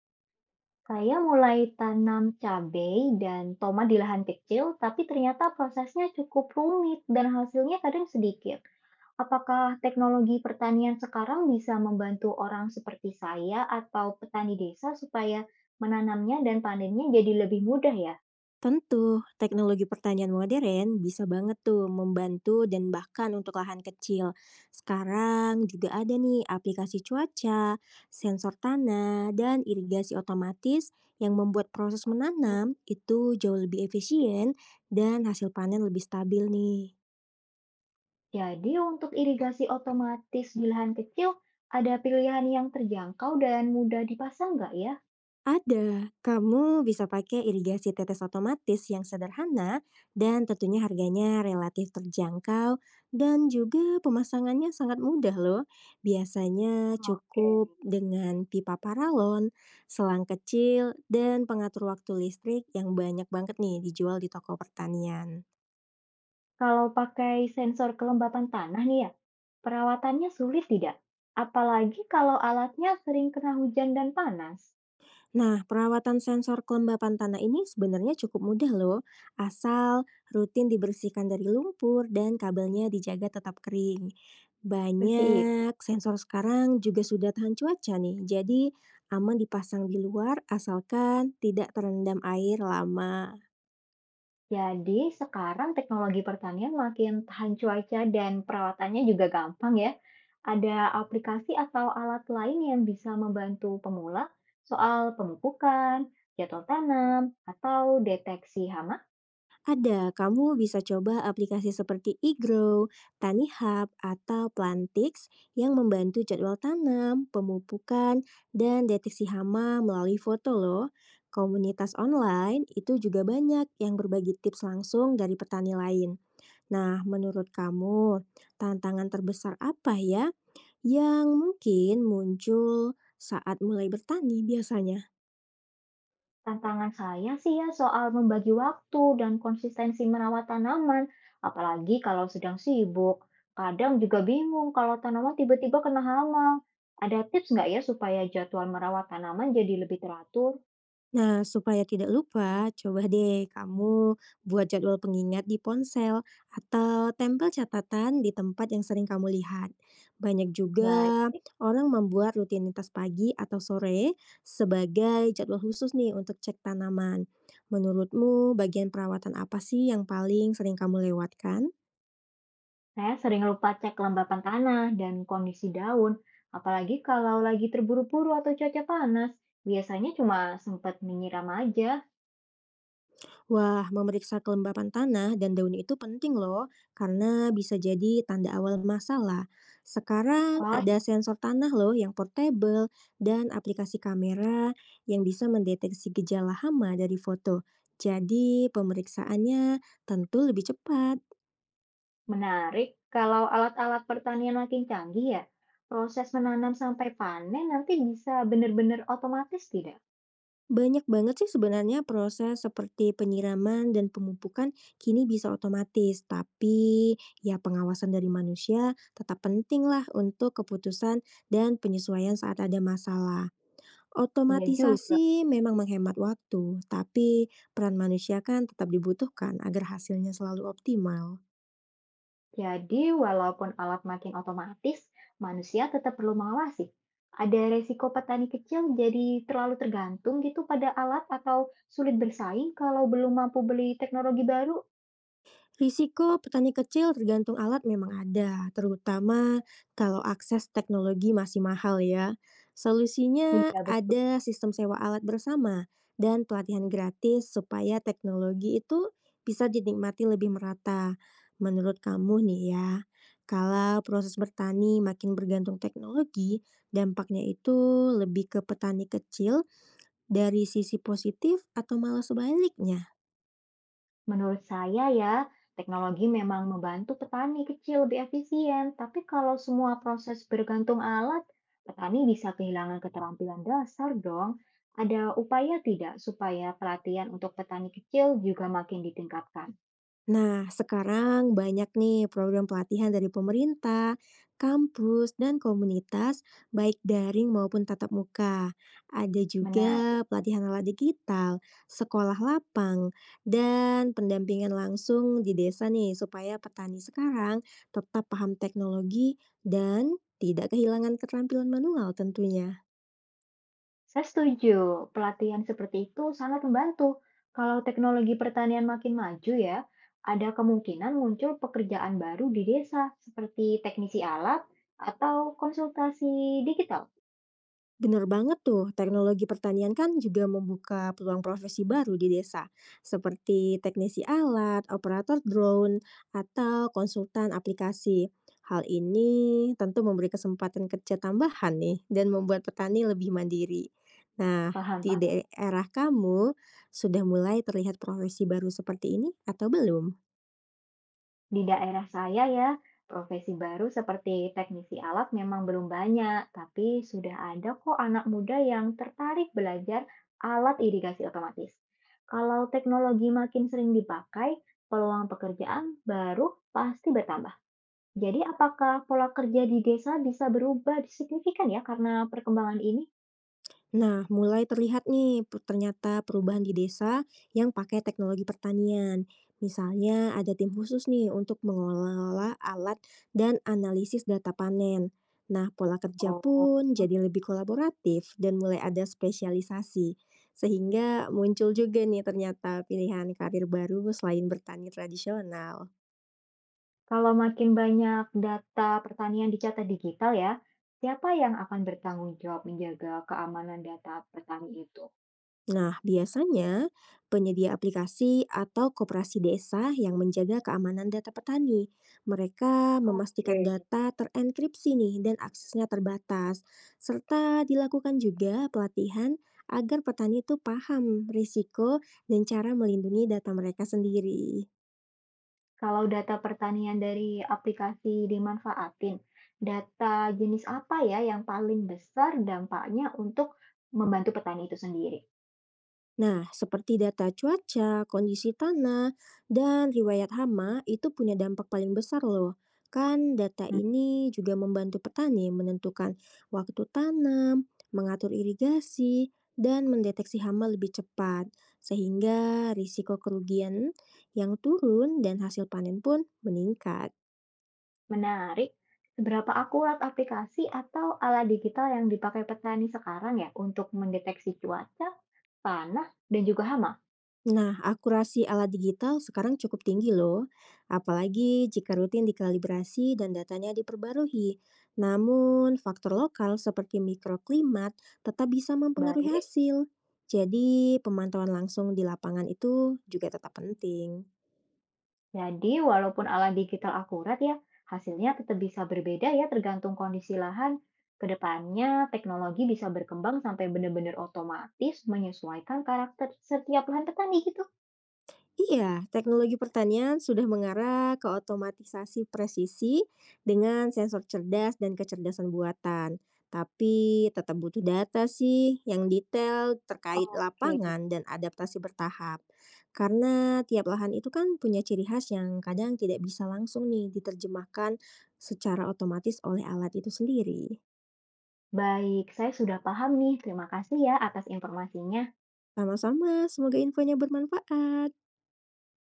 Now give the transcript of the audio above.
Saya mulai tanam cabai dan tomat di lahan kecil, tapi ternyata prosesnya cukup rumit dan hasilnya kadang sedikit. Apakah teknologi pertanian sekarang bisa membantu orang seperti saya atau petani desa supaya menanamnya dan panennya jadi lebih mudah ya? Tentu, teknologi pertanian modern bisa banget tuh membantu dan bahkan untuk lahan kecil. Sekarang juga ada nih aplikasi cuaca, sensor tanah, dan irigasi otomatis yang membuat proses menanam itu jauh lebih efisien dan hasil panen lebih stabil nih. Jadi untuk irigasi otomatis di lahan kecil, ada pilihan yang terjangkau dan mudah dipasang nggak ya? Ada, kamu bisa pakai irigasi tetes otomatis yang sederhana dan tentunya harganya relatif terjangkau dan juga pemasangannya sangat mudah loh. Biasanya cukup Oke. dengan pipa paralon, selang kecil, dan pengatur waktu listrik yang banyak banget nih dijual di toko pertanian. Kalau pakai sensor kelembapan tanah nih ya, perawatannya sulit tidak? Apalagi kalau alatnya sering kena hujan dan panas. Nah, perawatan sensor kelembapan tanah ini sebenarnya cukup mudah loh, asal rutin dibersihkan dari lumpur dan kabelnya dijaga tetap kering. Seperti itu. Banyak sensor sekarang juga sudah tahan cuaca nih, jadi aman dipasang di luar asalkan tidak terendam air lama. Jadi sekarang teknologi pertanian makin tahan cuaca dan perawatannya juga gampang ya. Ada aplikasi atau alat lain yang bisa membantu pemula soal pemupukan, jadwal tanam, atau deteksi hama. Ada, kamu bisa coba aplikasi seperti iGrow, Tani Hub, atau Plantix yang membantu jadwal tanam, pemupukan, dan deteksi hama melalui foto loh. Komunitas online itu juga banyak yang berbagi tips langsung dari petani lain. Nah, menurut kamu, tantangan terbesar apa ya yang mungkin muncul saat mulai bertani biasanya? Tantangan saya sih ya soal membagi waktu dan konsistensi merawat tanaman, apalagi kalau sedang sibuk. Kadang juga bingung kalau tanaman tiba-tiba kena hama. Ada tips nggak ya supaya jadwal merawat tanaman jadi lebih teratur? Nah, supaya tidak lupa, coba deh kamu buat jadwal pengingat di ponsel atau tempel catatan di tempat yang sering kamu lihat. Banyak Baik, juga orang membuat rutinitas pagi atau sore sebagai jadwal khusus nih untuk cek tanaman. Menurutmu, bagian perawatan apa sih yang paling sering kamu lewatkan? saya sering lupa cek kelembapan tanah dan kondisi daun, apalagi kalau lagi terburu-buru atau cuaca panas. Biasanya cuma sempat menyiram aja. Wah, memeriksa kelembapan tanah dan daun itu penting loh, karena bisa jadi tanda awal masalah. Sekarang Oh. ada sensor tanah loh yang portable dan aplikasi kamera yang bisa mendeteksi gejala hama dari foto. Jadi pemeriksaannya tentu lebih cepat. Menarik, kalau alat-alat pertanian makin canggih ya, proses menanam sampai panen nanti bisa benar-benar otomatis tidak? Banyak banget sih sebenarnya proses seperti penyiraman dan pemupukan kini bisa otomatis, tapi ya pengawasan dari manusia tetap penting lah untuk keputusan dan penyesuaian saat ada masalah. Iya juga. Otomatisasi memang menghemat waktu, tapi peran manusia kan tetap dibutuhkan agar hasilnya selalu optimal. Jadi walaupun alat makin otomatis, manusia tetap perlu mengawasi. Ada resiko petani kecil jadi terlalu tergantung gitu pada alat atau sulit bersaing kalau belum mampu beli teknologi baru? Risiko petani kecil tergantung alat memang ada, terutama kalau akses teknologi masih mahal ya. Solusinya Iya betul. ada sistem sewa alat bersama dan pelatihan gratis supaya teknologi itu bisa dinikmati lebih merata. Menurut kamu nih ya, kalau proses bertani makin bergantung teknologi, dampaknya itu lebih ke petani kecil dari sisi positif atau malah sebaliknya? Menurut saya ya, teknologi memang membantu petani kecil lebih efisien, tapi kalau semua proses bergantung alat, petani bisa kehilangan keterampilan dasar dong. Ada upaya tidak supaya pelatihan untuk petani kecil juga makin ditingkatkan? Nah, sekarang banyak nih program pelatihan dari pemerintah, kampus, dan komunitas, baik daring maupun tatap muka. Ada juga Menarik. pelatihan ala digital, sekolah lapang, dan pendampingan langsung di desa nih, supaya petani sekarang tetap paham teknologi dan tidak kehilangan keterampilan manual tentunya. Saya setuju, pelatihan seperti itu sangat membantu. Kalau teknologi pertanian makin maju ya, ada kemungkinan muncul pekerjaan baru di desa, seperti teknisi alat atau konsultasi digital. Bener banget tuh, teknologi pertanian kan juga membuka peluang profesi baru di desa, seperti teknisi alat, operator drone, atau konsultan aplikasi. Hal ini tentu memberi kesempatan kerja tambahan nih dan membuat petani lebih mandiri. Nah, Paham di paham. daerah kamu sudah mulai terlihat profesi baru seperti ini atau belum? Di daerah saya ya, profesi baru seperti teknisi alat memang belum banyak, tapi sudah ada kok anak muda yang tertarik belajar alat irigasi otomatis. Kalau teknologi makin sering dipakai, peluang pekerjaan baru pasti bertambah. Jadi apakah pola kerja di desa bisa berubah signifikan ya karena perkembangan ini? Nah, mulai terlihat nih ternyata perubahan di desa yang pakai teknologi pertanian. Misalnya ada tim khusus nih untuk mengelola alat dan analisis data panen. Nah, pola kerja Oh. pun jadi lebih kolaboratif dan mulai ada spesialisasi. Sehingga muncul juga nih ternyata pilihan karir baru selain bertani tradisional. Kalau makin banyak data pertanian dicatat digital ya, siapa yang akan bertanggung jawab menjaga keamanan data petani itu? Nah, biasanya penyedia aplikasi atau koperasi desa yang menjaga keamanan data petani. Mereka memastikan Oke. data terenkripsi nih dan aksesnya terbatas, serta dilakukan juga pelatihan agar petani itu paham risiko dan cara melindungi data mereka sendiri. Kalau data pertanian dari aplikasi dimanfaatin, data jenis apa ya yang paling besar dampaknya untuk membantu petani itu sendiri? Nah, seperti data cuaca, kondisi tanah, dan riwayat hama itu punya dampak paling besar loh. Kan data Hmm. ini juga membantu petani menentukan waktu tanam, mengatur irigasi, dan mendeteksi hama lebih cepat, sehingga risiko kerugian yang turun dan hasil panen pun meningkat. Menarik. Seberapa akurat aplikasi atau alat digital yang dipakai petani sekarang ya untuk mendeteksi cuaca, tanah, dan juga hama? Nah, akurasi alat digital sekarang cukup tinggi loh, apalagi jika rutin dikalibrasi dan datanya diperbarui. Namun, faktor lokal seperti mikroklimat tetap bisa mempengaruhi Baik. hasil. Jadi, pemantauan langsung di lapangan itu juga tetap penting. Jadi, walaupun alat digital akurat ya, hasilnya tetap bisa berbeda ya tergantung kondisi lahan. Kedepannya, teknologi bisa berkembang sampai benar-benar otomatis menyesuaikan karakter setiap lahan petani gitu. Iya, teknologi pertanian sudah mengarah ke otomatisasi presisi dengan sensor cerdas dan kecerdasan buatan. Tapi tetap butuh data sih yang detail terkait Oke, lapangan dan adaptasi bertahap. Karena tiap lahan itu kan punya ciri khas yang kadang tidak bisa langsung nih diterjemahkan secara otomatis oleh alat itu sendiri. baik. Saya sudah paham nih. Terima kasih ya atas informasinya. Sama-sama, semoga infonya bermanfaat.